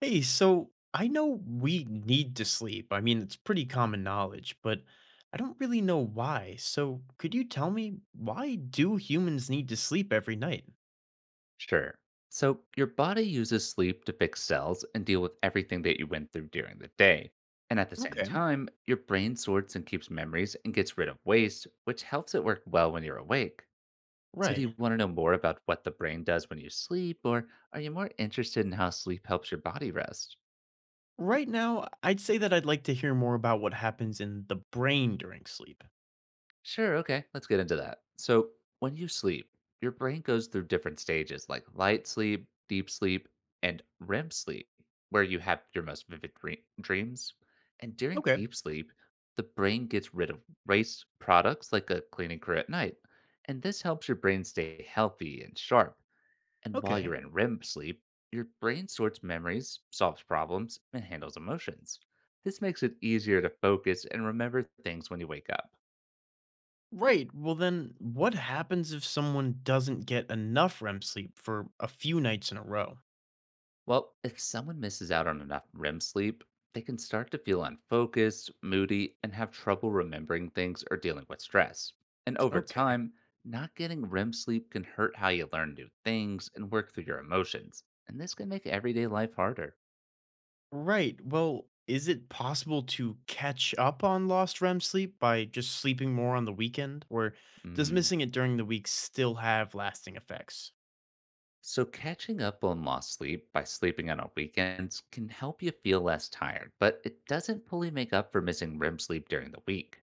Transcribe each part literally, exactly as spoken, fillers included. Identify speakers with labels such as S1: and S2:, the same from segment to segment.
S1: Hey, so I know we need to sleep. I mean, it's pretty common knowledge, but I don't really know why. So could you tell me, why do humans need to sleep every night?
S2: Sure. So, your body uses sleep to fix cells and deal with everything that you went through during the day. And at the same
S1: Okay.
S2: time, your brain sorts and keeps memories and gets rid of waste, which helps it work well when you're awake. So, do you
S1: Right.
S2: want to know more about what the brain does when you sleep, or are you more interested in how sleep helps your body rest?
S1: Right now, I'd say that I'd like to hear more about what happens in the brain during sleep.
S2: Sure, okay. Let's get into that. So, when you sleep, your brain goes through different stages like light sleep, deep sleep, and REM sleep, where you have your most vivid dream- dreams. And during
S1: Okay.
S2: deep sleep, the brain gets rid of waste products like a cleaning crew at night. And this helps your brain stay healthy and sharp. And while you're
S1: Okay.
S2: in REM sleep, your brain sorts memories, solves problems, and handles emotions. This makes it easier to focus and remember things when you wake up.
S1: Right. Well, then what happens if someone doesn't get enough R E M sleep for a few nights in a row?
S2: Well, if someone misses out on enough REM sleep, they can start to feel unfocused, moody, and have trouble remembering things or dealing with stress. And over
S1: Okay.
S2: time, not getting REM sleep can hurt how you learn new things and work through your emotions. And this can make everyday life harder.
S1: Right. Well, is it possible to catch up on lost R E M sleep by just sleeping more on the weekend? Or does
S2: Mm.
S1: missing it during the week still have lasting effects?
S2: So, catching up on lost sleep by sleeping on a weekend can help you feel less tired, but it doesn't fully make up for missing REM sleep during the week.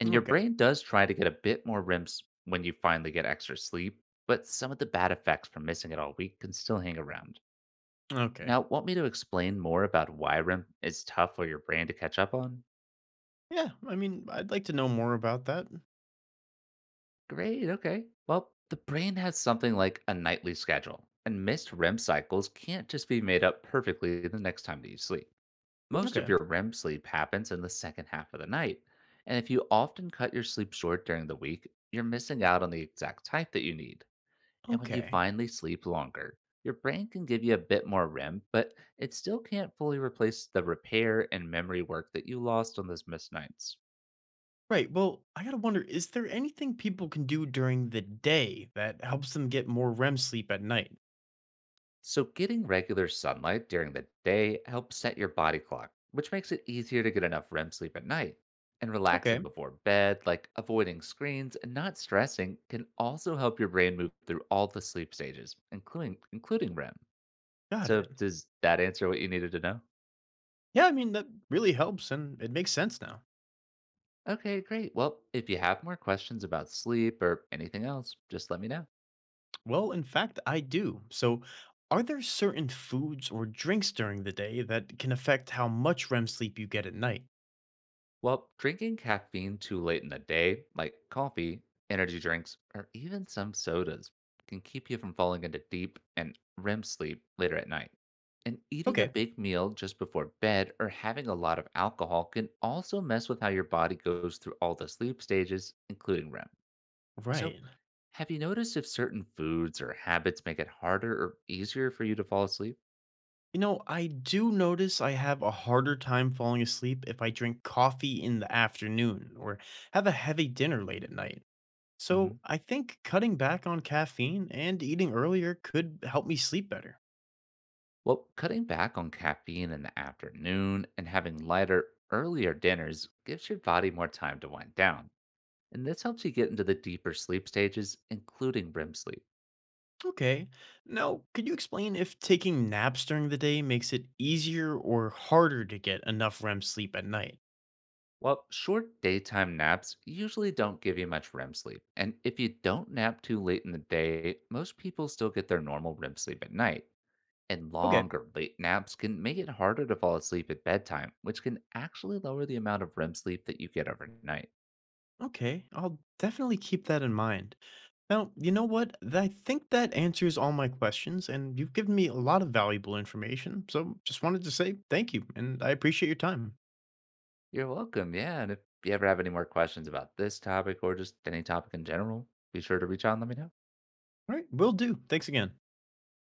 S2: And your
S1: Okay.
S2: brain does try to get a bit more REMs when you finally get extra sleep, but some of the bad effects from missing it all week can still hang around.
S1: Okay.
S2: Now, want me to explain more about why REM is tough for your brain to catch up on?
S1: Yeah. I mean, I'd like to know more about that.
S2: Great, okay. Well, the brain has something like a nightly schedule, and missed REM cycles can't just be made up perfectly the next time that you sleep. Most
S1: Okay.
S2: of your REM sleep happens in the second half of the night, and if you often cut your sleep short during the week, you're missing out on the exact type that you need. And when you
S1: Okay.
S2: finally sleep longer, your brain can give you a bit more REM, but it still can't fully replace the repair and memory work that you lost on those missed nights.
S1: Right. Well, I got to wonder, is there anything people can do during the day that helps them get more R E M sleep at night?
S2: So, getting regular sunlight during the day helps set your body clock, which makes it easier to get enough REM sleep at night. And
S1: Okay.
S2: relaxing before bed, like avoiding screens and not stressing, can also help your brain move through all the sleep stages, including including REM.
S1: Got
S2: So,
S1: it.
S2: does that answer what you needed to know?
S1: Yeah. I mean, that really helps and it makes sense now.
S2: Okay, great. Well, if you have more questions about sleep or anything else, just let me know.
S1: Well, in fact, I do. So, are there certain foods or drinks during the day that can affect how much R E M sleep you get at night?
S2: Well, drinking caffeine too late in the day, like coffee, energy drinks, or even some sodas, can keep you from falling into deep and REM sleep later at night. And eating a
S1: Okay,
S2: big meal just before bed or having a lot of alcohol can also mess with how your body goes through all the sleep stages, including REM. So,
S1: right.
S2: have you noticed if certain foods or habits make it harder or easier for you to fall asleep?
S1: You know, I do notice I have a harder time falling asleep if I drink coffee in the afternoon or have a heavy dinner late at night.
S2: Hmm.
S1: So, I think cutting back on caffeine and eating earlier could help me sleep better.
S2: Well, cutting back on caffeine in the afternoon and having lighter, earlier dinners gives your body more time to wind down. And this helps you get into the deeper sleep stages, including REM sleep.
S1: Okay. Now, could you explain if taking naps during the day makes it easier or harder to get enough R E M sleep at night?
S2: While short daytime naps usually don't give you much REM sleep. And if you don't nap too late in the day, most people still get their normal REM sleep at night. And long
S1: Okay.
S2: or late naps can make it harder to fall asleep at bedtime, which can actually lower the amount of REM sleep that you get overnight.
S1: Okay, I'll definitely keep that in mind. Now, you know what? Th- I think that answers all my questions, and you've given me a lot of valuable information. So just wanted to say thank you, and I appreciate your time.
S2: You're welcome. Yeah. And if you ever have any more questions about this topic or just any topic in general, be sure to reach out and let me know.
S1: All right, will do. Thanks again.